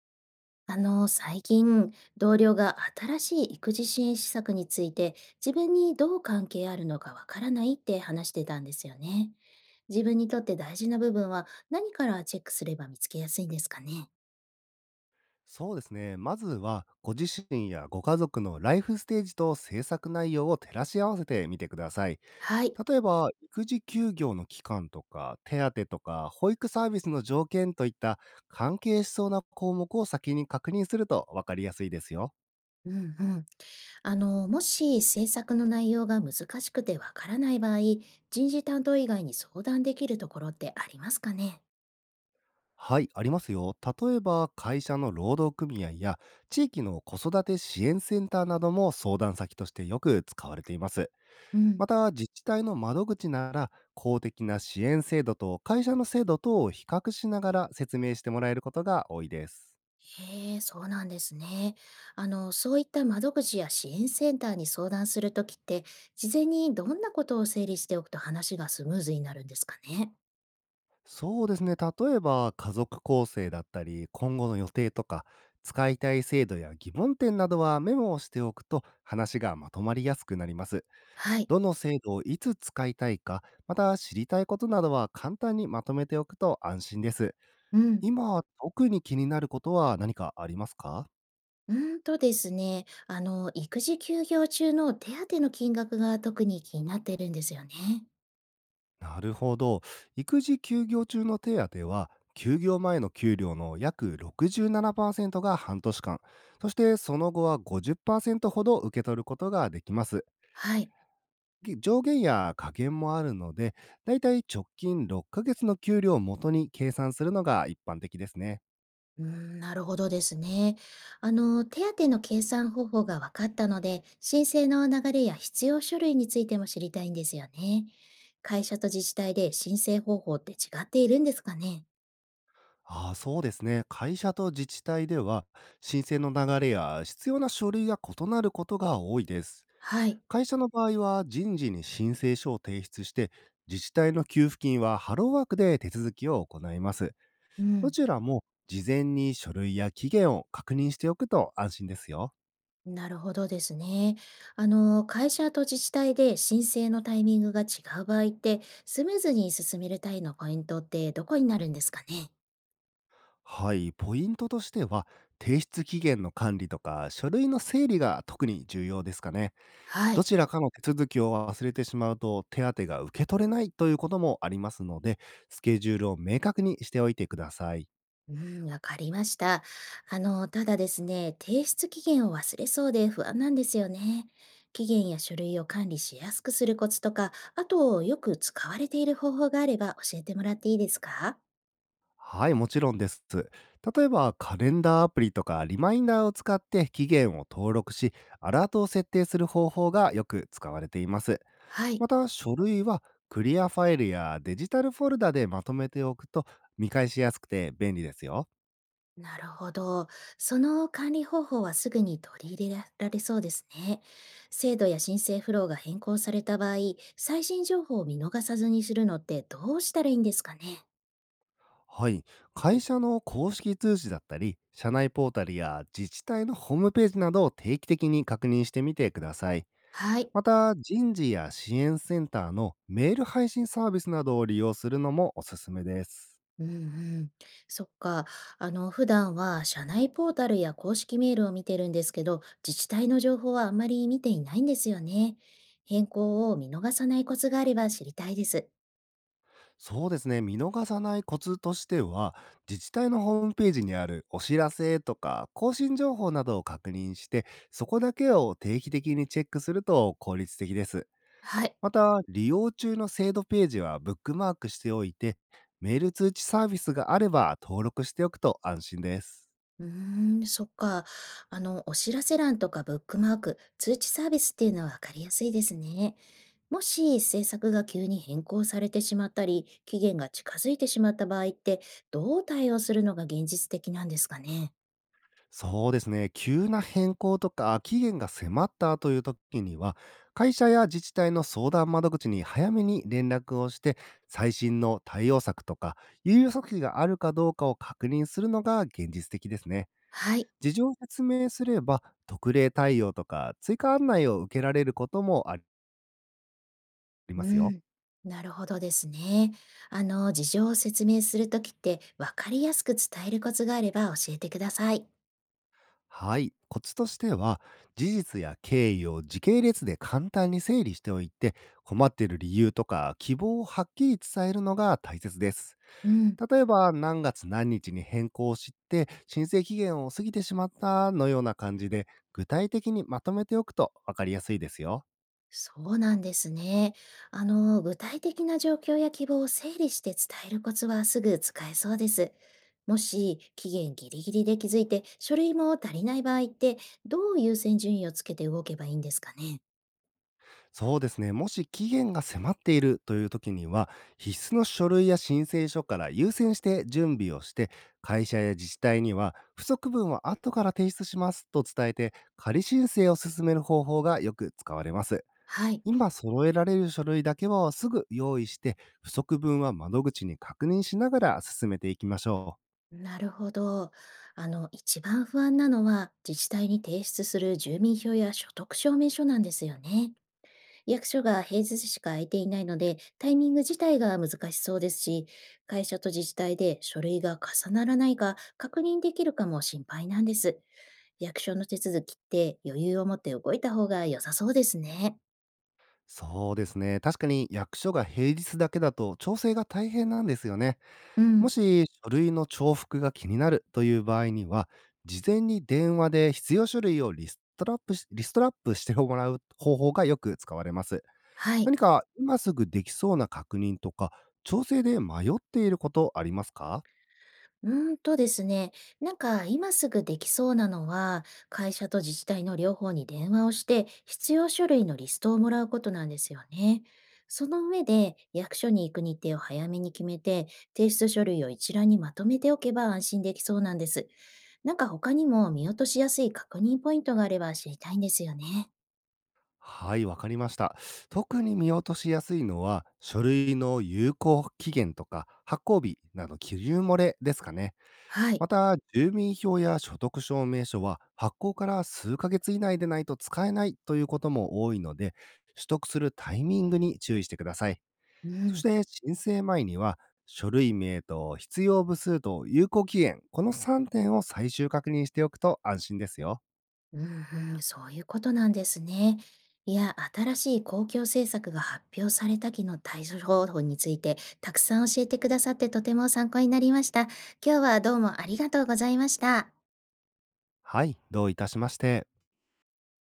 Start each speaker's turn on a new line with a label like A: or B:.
A: 最近、同僚が新しい育児支援施策について、自分にどう関係あるのかわからないって話してたんですよね。自分にとって大事な部分は何からチェックすれば見つけやすいんですかね。
B: そうですね。まずは、ご自身やご家族のライフステージと制作内容を照らし合わせてみてください。
A: はい。
B: 例えば、育児休業の期間とか、手当とか、保育サービスの条件といった関係しそうな項目を先に確認すると分かりやすいですよ。
A: うんうん。もし政策の内容が難しくてわからない場合、人事担当以外に相談できるところってありますかね。
B: はい、ありますよ。例えば、会社の労働組合や地域の子育て支援センターなども相談先としてよく使われています。
A: うん。
B: また、自治体の窓口なら、公的な支援制度と会社の制度等を比較しながら説明してもらえることが多いです。
A: へえ、そうなんですね。そういった窓口や支援センターに相談するときって、事前にどんなことを整理しておくと話がスムーズになるんですかね。
B: そうですね。例えば、家族構成だったり、今後の予定とか、使いたい制度や疑問点などはメモをしておくと話がまとまりやすくなります。
A: はい。
B: どの制度をいつ使いたいか、また知りたいことなどは簡単にまとめておくと安心です。
A: うん。
B: 今、特に気になることは何かありますか？
A: うーんとですね、あの、育児休業中の手当の金額が特に気になってるんですよね。
B: なるほど。育児休業中の手当は、休業前の給料の約67%が半年間、そしてその後は50%ほど受け取ることができます。
A: はい。
B: ぎ上限や下限もあるので、だいたい直近6ヶ月の給料を元に計算するのが一般的ですね。
A: うーん、なるほどですね。手当の計算方法が分かったので、申請の流れや必要書類についても知りたいんですよね。会社と自治体で申請方法って違っているんですかね。
B: ああ、そうですね。会社と自治体では、申請の流れや必要な書類が異なることが多いです。
A: はい。
B: 会社の場合は人事に申請書を提出して、自治体の給付金はハローワークで手続きを行います。
A: う
B: ど
A: ん。
B: ちらも事前に書類や期限を確認しておくと安心ですよ。
A: なるほどですね。会社と自治体で申請のタイミングが違う場合って、スムーズに進めるたいのポイントってどこになるんですかね。
B: はい、ポイントとしては、提出期限の管理とか書類の整理が特に重要ですかね。
A: は
B: ど
A: い。
B: ちらかの手続きを忘れてしまうと手当が受け取れないということもありますので、スケジュールを明確にしておいてください。
A: うん、わかりました。ただですね、提出期限を忘れそうで不安なんですよね。期限や書類を管理しやすくするコツとか、あと、よく使われている方法があれば教えてもらっていいですか？
B: はい、もちろんです。例えば、カレンダーアプリとかリマインダーを使って期限を登録し、アラートを設定する方法がよく使われています。
A: はい。
B: また、書類はクリアファイルやデジタルフォルダでまとめておくと見返しやすくて便利ですよ。
A: なるほど。その管理方法はすぐに取り入れられそうですね。制度や申請フローが変更された場合、最新情報を見逃さずにするのってどうしたらいいんですかね。
B: はい、会社の公式通知だったり、社内ポータルや自治体のホームページなどを定期的に確認してみてください。
A: はい。
B: また、人事や支援センターのメール配信サービスなどを利用するのもおすすめです。
A: うんうん、そっか。普段は社内ポータルや公式メールを見てるんですけど、自治体の情報はあんまり見ていないんですよね。変更を見逃さないコツがあれば知りたいです。
B: そうですね、見逃さないコツとしては、自治体のホームページにあるお知らせとか更新情報などを確認して、そこだけを定期的にチェックすると効率的です。
A: はい。
B: また、利用中の制度ページはブックマークしておいて、メール通知サービスがあれば登録しておくと安心です。
A: うーん、そっか。お知らせ欄とかブックマーク、通知サービスっていうのはわかりやすいですね。もし政策が急に変更されてしまったり、期限が近づいてしまった場合って、どう対応するのが現実的なんですかね。
B: そうですね。急な変更とか期限が迫ったという時には、会社や自治体の相談窓口に早めに連絡をして、最新の対応策とか、有用策があるかどうかを確認するのが現実的ですね。
A: はい。
B: 事情を説明すれば、特例対応とか追加案内を受けられることもありま
A: う
B: すよ。
A: ん、なるほどですね。事情を説明するときって、わかりやすく伝えるコツがあれば教えてください。
B: はい。コツとしては、事実や経緯を時系列で簡単に整理しておいて、困っている理由とか希望をはっきり伝えるのが大切です。
A: うん、
B: 例えば、何月何日に変更を知って、申請期限を過ぎてしまったのような感じで、具体的にまとめておくと分かりやすいですよ。
A: そうなんですね。具体的な状況や希望を整理して伝えるコツはすぐ使えそうです。もし、期限ギリギリで気づいて、書類も足りない場合って、どう優先順位をつけて動けばいいんですかね。
B: そうですね。もし期限が迫っているという時には、必須の書類や申請書から優先して準備をして、会社や自治体には、不足分は後から提出しますと伝えて、仮申請を進める方法がよく使われます。
A: はい。
B: 今揃えられる書類だけはすぐ用意して、不足分は窓口に確認しながら進めていきましょう。
A: なるほど。一番不安なのは、自治体に提出する住民票や所得証明書なんですよね。役所が平日しか空いていないので、タイミング自体が難しそうですし、会社と自治体で書類が重ならないか確認できるかも心配なんです。役所の手続きって余裕を持って動いた方が良さそうですね。
B: そうですね。確かに役所が平日だけだと調整が大変なんですよね。
A: う
B: も
A: ん。
B: し書類の重複が気になるという場合には、事前に電話で必要書類をリストラップしてもらう方法がよく使われます。
A: はい。
B: 何か今すぐできそうな確認とか、調整で迷っていることありますか？
A: うーんとですね、なんか今すぐできそうなのは、会社と自治体の両方に電話をして、必要書類のリストをもらうことなんですよね。その上で、役所に行く日程を早めに決めて、提出書類を一覧にまとめておけば安心できそうなんです。なんか他にも見落としやすい確認ポイントがあれば知りたいんですよね。
B: はい、わかりました。特に見落としやすいのは、書類の有効期限とか発行日など記入漏れですかね。
A: はい。
B: また、住民票や所得証明書は発行から数ヶ月以内でないと使えないということも多いので、取得するタイミングに注意してください。
A: う
B: そし
A: ん。
B: て、申請前には、書類名と必要部数と有効期限、この3点を最終確認しておくと安心ですよ。
A: うんうん、そういうことなんですね。いや、新しい公共政策が発表されたきの対処方法について、たくさん教えてくださってとても参考になりました。今日はどうもありがとうございました。
B: はい、どういたしまして。